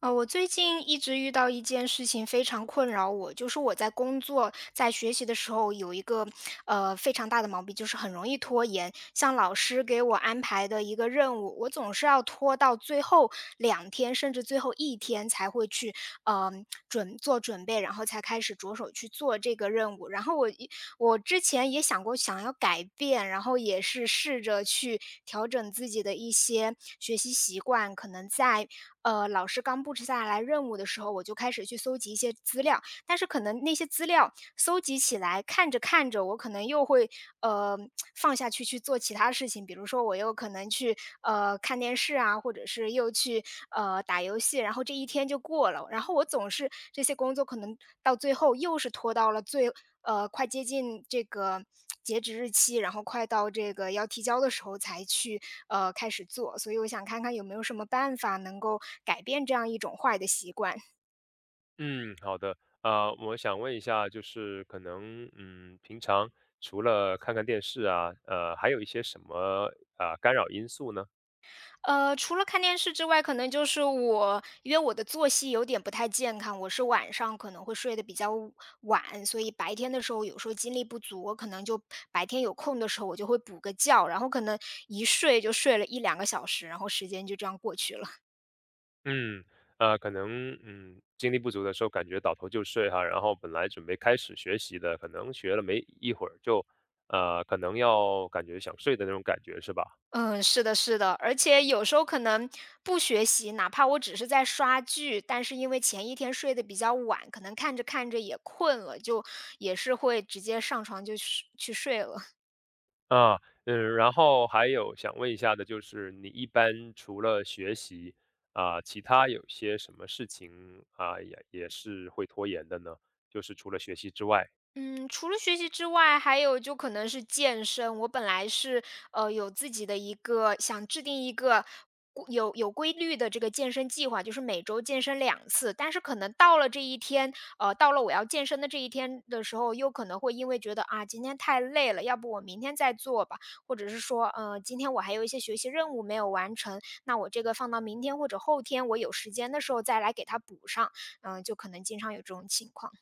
我最近一直遇到一件事情非常困扰我，就是我在工作、在学习的时候有一个非常大的毛病，就是很容易拖延。像老师给我安排的一个任务，我总是要拖到最后两天，甚至最后一天才会去做准备，然后才开始着手去做这个任务。然后我之前也想过想要改变，然后也是试着去调整自己的一些学习习惯，可能在老师刚布置下来任务的时候，我就开始去搜集一些资料，但是可能那些资料搜集起来，看着看着，我可能又会呃放下去做其他事情，比如说我又可能去看电视啊，或者是又去打游戏，然后这一天就过了。然后我总是这些工作可能到最后又是拖到了快接近这个截止日期，然后快到这个要提交的时候才去开始做。所以我想看看有没有什么办法能够改变这样一种坏的习惯。嗯，好的。我想问一下，就是可能，嗯，平常除了看看电视啊，还有一些什么啊、干扰因素呢？除了看电视之外，可能就是因为我的作息有点不太健康，我是晚上可能会睡得比较晚，所以白天的时候有时候精力不足，我可能就白天有空的时候我就会补个觉，然后可能一睡就睡了一两个小时，然后时间就这样过去了。嗯，可能，嗯，精力不足的时候感觉倒头就睡哈，然后本来准备开始学习的，可能学了没一会儿就，可能要感觉想睡的那种感觉是吧？嗯，是的是的，而且有时候可能不学习，哪怕我只是在刷剧，但是因为前一天睡得比较晚，可能看着看着也困了，就也是会直接上床去睡了。啊，嗯，然后还有想问一下的就是，你一般除了学习啊，其他有些什么事情啊，也是会拖延的呢？就是除了学习之外。嗯，除了学习之外，还有就可能是健身。我本来是有自己的一个想制定一个有规律的这个健身计划，就是每周健身两次。但是可能到了这一天，到了我要健身的这一天的时候，又可能会因为觉得啊，今天太累了，要不我明天再做吧，或者是说，今天我还有一些学习任务没有完成，那我这个放到明天或者后天我有时间的时候再来给它补上。嗯、就可能经常有这种情况。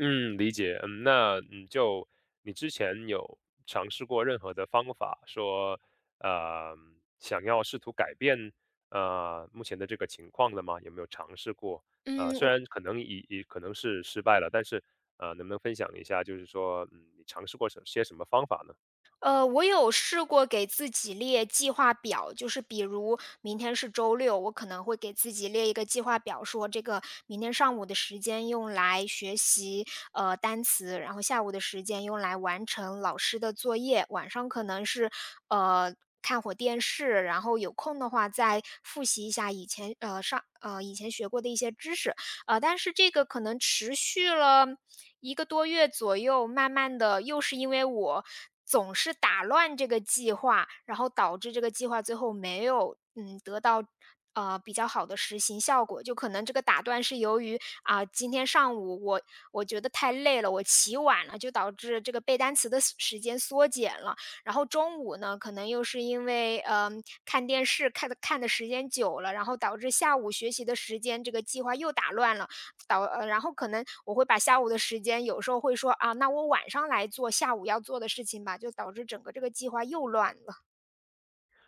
嗯，理解。嗯，那嗯，就你之前有尝试过任何的方法，说呃想要试图改变目前的这个情况的吗？有没有尝试过？虽嗯，然可能也可能是失败了，但是能不能分享一下，就是说嗯，你尝试过什些什么方法呢？我有试过给自己列计划表，就是比如明天是周六，我可能会给自己列一个计划表，说这个明天上午的时间用来学习单词，然后下午的时间用来完成老师的作业，晚上可能是呃看会儿电视，然后有空的话再复习一下以前学过的一些知识，但是这个可能持续了一个多月左右，慢慢的又是因为我总是打乱这个计划，然后导致这个计划最后没有，嗯，得到，比较好的实行效果。就可能这个打断是由于，啊，今天上午我觉得太累了，我起晚了，就导致这个背单词的时间缩减了。然后中午呢，可能又是因为，嗯看电视看的时间久了，然后导致下午学习的时间这个计划又打乱了，然后可能我会把下午的时间，有时候会说啊，那我晚上来做下午要做的事情吧，就导致整个这个计划又乱了。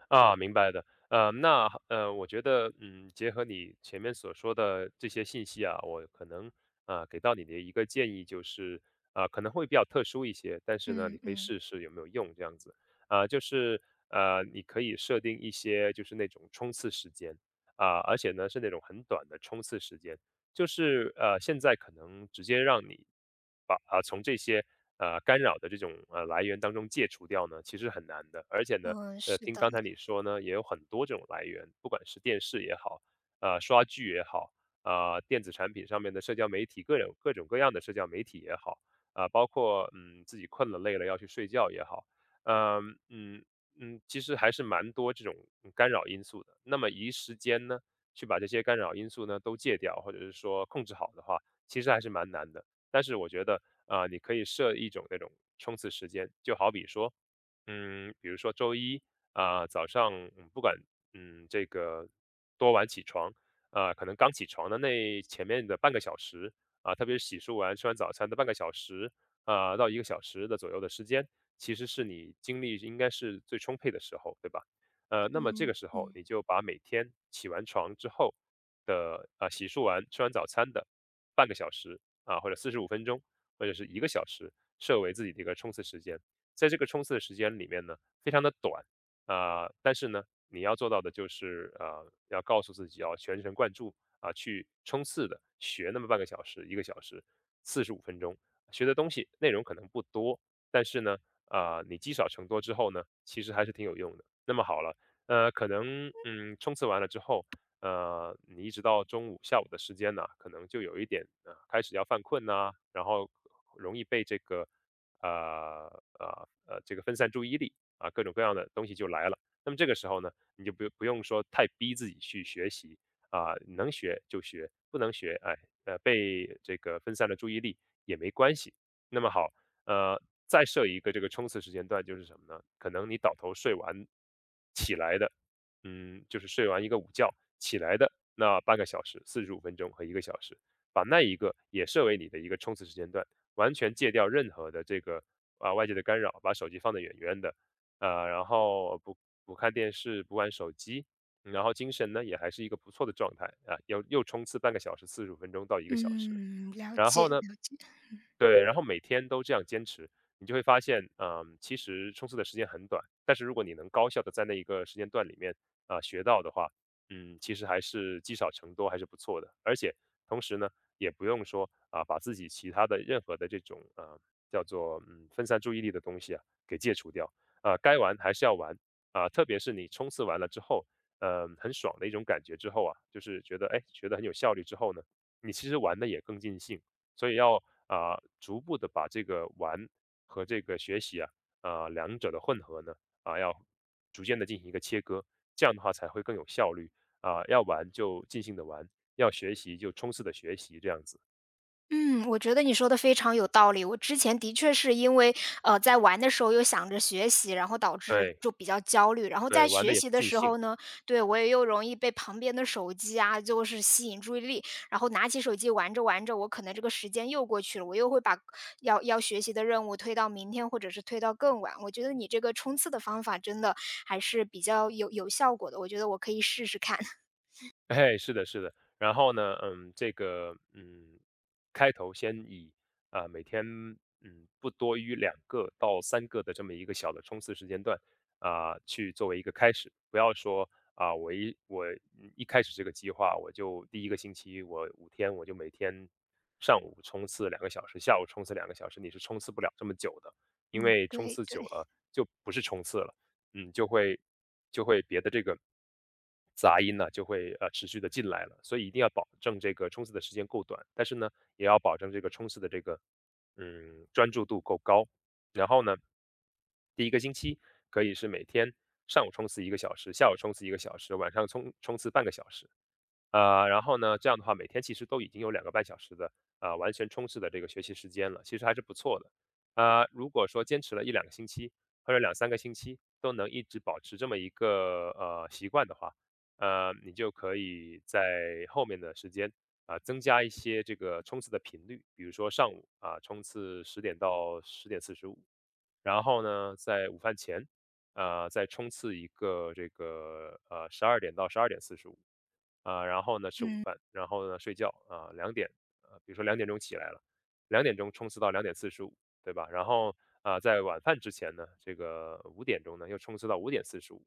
啊，明白的。那我觉得，嗯，结合你前面所说的这些信息啊，我可能啊、给到你的一个建议就是，啊、可能会比较特殊一些，但是呢，你嗯可以嗯。试试有没有用这样子。啊、就是你可以设定一些就是那种冲刺时间啊、而且呢是那种很短的冲刺时间，就是现在可能直接让你把啊从这些干扰的这种来源当中戒除掉呢，其实很难的。而且呢，嗯，是听的，刚才你说呢，也有很多这种来源，不管是电视也好，刷剧也好，啊、电子产品上面的社交媒体，各种各种各样的社交媒体也好，啊、包括嗯自己困了累了要去睡觉也好，嗯嗯嗯，其实还是蛮多这种干扰因素的。那么一时间呢？去把这些干扰因素呢都戒掉，或者是说控制好的话，其实还是蛮难的。但是我觉得啊、你可以设一种那种冲刺时间，就好比说，嗯，比如说周一啊、早上，嗯，不管嗯这个多晚起床，啊、可能刚起床的那前面的半个小时啊、特别是洗漱完吃完早餐的半个小时啊、到一个小时的左右的时间，其实是你精力应该是最充沛的时候，对吧？那么这嗯个时候嗯。你就把每天起完床之后的啊、洗漱完、吃完早餐的半个小时啊，或者四十五分钟，或者是一个小时，设为自己的一个冲刺时间。在这个冲刺的时间里面呢，非常的短啊、但是呢，你要做到的就是啊、要告诉自己要全神贯注啊、去冲刺的学那么半个小时、一个小时、四十五分钟，学的东西内容可能不多，但是呢，啊、你积少成多之后呢，其实还是挺有用的。那么好了。可能嗯，冲刺完了之后，你一直到中午、下午的时间呢，可能就有一点开始要犯困呐、然后容易被这个呃这个分散注意力啊，各种各样的东西就来了。那么这个时候呢，你就不用说太逼自己去学习啊，能学就学，不能学，哎，被这个分散了注意力也没关系。那么好，呃，再设一个这个冲刺时间段，就是什么呢？可能你倒头睡完起来的，嗯，就是睡完一个午觉起来的那半个小时、四十五分钟和一个小时，把那一个也设为你的一个冲刺时间段，完全戒掉任何的这个啊、外界的干扰，把手机放得远远的，然后不看电视，不玩手机，嗯然后精神呢也还是一个不错的状态啊，又冲刺半个小时、四十五分钟到一个小时，嗯，了然解后了。呢对，然后每天都这样坚持，你就会发现，嗯，其实冲刺的时间很短，但是如果你能高效的在那一个时间段里面啊、学到的话，嗯，其实还是积少成多，还是不错的。而且同时呢，也不用说啊、把自己其他的任何的这种啊、叫做嗯分散注意力的东西啊给戒除掉啊、该玩还是要玩啊、特别是你冲刺完了之后，嗯、很爽的一种感觉之后啊，就是觉得哎学得很有效率之后呢，你其实玩的也更尽兴。所以要啊、逐步的把这个玩和这个学习啊、两者的混合呢啊、要逐渐的进行一个切割，这样的话才会更有效率啊、要玩就尽兴的玩，要学习就冲刺的学习，这样子。嗯，我觉得你说的非常有道理。我之前的确是因为，在玩的时候又想着学习，然后导致对就比较焦虑。然后对，在玩学的也习不的尽时候兴。呢，对，我也又容易被旁边的手机啊，就是吸引注意力。然后拿起手机玩着玩着，我可能这个时间又过去了，我又会把要学习的任务推到明天，或者是推到更晚。我觉得你这个冲刺的方法真的还是比较有效果的，我觉得我可以试试看。哎，是的，是的。然后呢，嗯，这个，嗯，开头先以啊、每天嗯不多于两个到三个的这么一个小的冲刺时间段啊、去作为一个开始，不要说啊、我嗯一开始这个计划，我就第一个星期我五天我就每天上午冲刺两个小时，下午冲刺两个小时，你是冲刺不了这么久的，因为冲对刺久对，了就不是冲刺了。嗯，就会别的这个杂音呢，就会持续的进来了。所以一定要保证这个冲刺的时间够短，但是呢，也要保证这个冲刺的这个嗯专注度够高。然后呢，第一个星期可以是每天上午冲刺一个小时，下午冲刺一个小时，晚上冲刺半个小时。然后呢，这样的话每天其实都已经有两个半小时的啊，完全冲刺的这个学习时间了，其实还是不错的。如果说坚持了一两个星期或者两三个星期都能一直保持这么一个，习惯的话，你就可以在后面的时间，啊，增加一些这个冲刺的频率。比如说上午，啊，冲刺十点到十点四十五，然后呢，在午饭前，啊再冲刺一个这个，十二点到十二点四十五。啊，然后呢吃午嗯饭，然后呢睡觉啊，两点，啊，比如说两点钟起来了，两点钟冲刺到两点四十五，对吧？然后啊，在晚饭之前呢，这个五点钟呢又冲刺到五点四十五，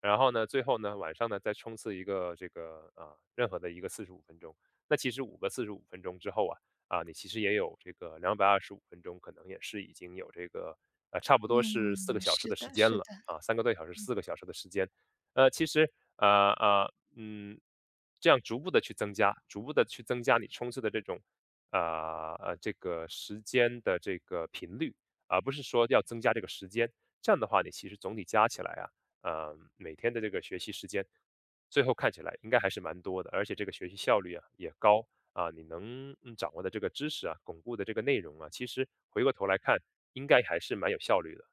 然后呢，最后呢，晚上呢再冲刺一个这个啊、任何的一个四十五分钟。那其实五个四十五分钟之后啊，啊，你其实也有这个两百二十五分钟，可能也是已经有这个差不多是四个嗯，小时是的时的，间是的。了啊，三个多小时、四个小时的时间。其实呃嗯，这样逐步的去增加，逐步的去增加你冲刺的这种这个时间的这个频率，而、不是说要增加这个时间。这样的话，你其实总体加起来啊。每天的这个学习时间，最后看起来应该还是蛮多的，而且这个学习效率啊也高啊，你能嗯掌握的这个知识啊，巩固的这个内容啊，其实回过头来看，应该还是蛮有效率的。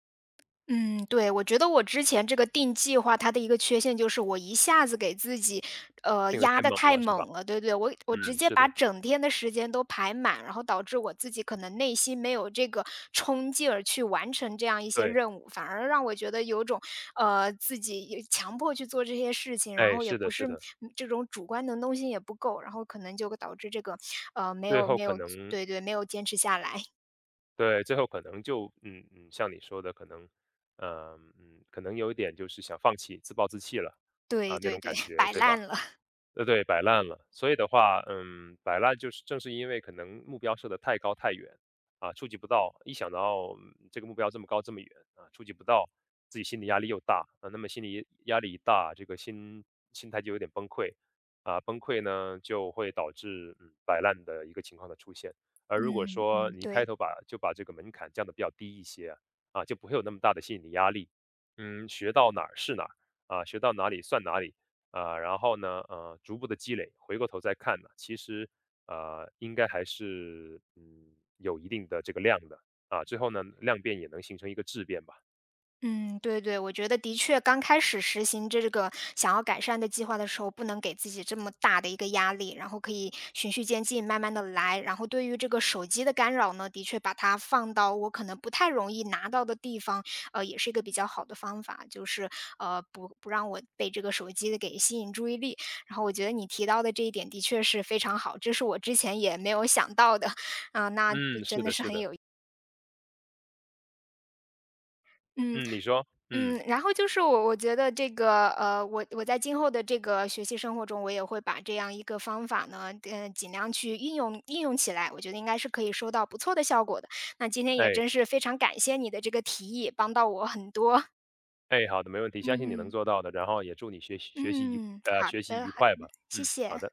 嗯，对，我觉得我之前这个定计划，它的一个缺陷就是我一下子给自己，定的压太的猛太了，是吧？猛了，对对，我直嗯，接是把的，整天的时间都排满，然后导致我自己可能内心没有这个冲劲儿去完成这样一些对，任务，反而让我觉得有种，自己也强迫去做这些事情，然哎，后也是不的，是是的，嗯这种主观能动性也不够，然后可能就会导致这个，最后没可有，能，对对，没有坚持下来。对，最后可能就，嗯嗯，像你说的，可能，嗯嗯，可能有一点就是想放弃，自暴自弃了对啊，那对种对，感 觉，摆对吧？烂了，对，摆烂了。所以的话，嗯，摆烂就是正是因为可能目标设得太高太远，啊，触及不到。一想到嗯这个目标这么高这么远啊，触及不到，自己心理压力又大啊，那么心理压力一大，这个心态就有点崩溃啊，崩溃呢就会导致嗯摆烂的一个情况的出现。而如果嗯说嗯，你一开对。头把就把这个门槛降得比较低一些啊，就不会有那么大的心理压力。嗯，学到哪儿是哪儿啊，学到哪里算哪里。啊，然后呢，逐步的积累，回过头再看呢，其实，应该还是，嗯，有一定的这个量的，啊，最后呢，量变也能形成一个质变吧。嗯，对对，我觉得的确刚开始实行这个想要改善的计划的时候，不能给自己这么大的一个压力，然后可以循序渐进，慢慢的来。然后对于这个手机的干扰呢，的确把它放到我可能不太容易拿到的地方，也是一个比较好的方法，就是不让我被这个手机的给吸引注意力。然后我觉得你提到的这一点的确是非常好，这是我之前也没有想到的。嗯，是的是的，嗯，嗯，你说，嗯，嗯，然后就是我觉得这个，我在今后的这个学习生活中，我也会把这样一个方法呢，嗯，尽量去应用应用起来，我觉得应该是可以收到不错的效果的。那今天也哎，真是非常感谢你的这个提议，帮到我很多。哎，好的，没问题，相信你嗯能嗯做到的，然后也祝你嗯，好学习的，愉好的，快吧，谢嗯，好谢。的。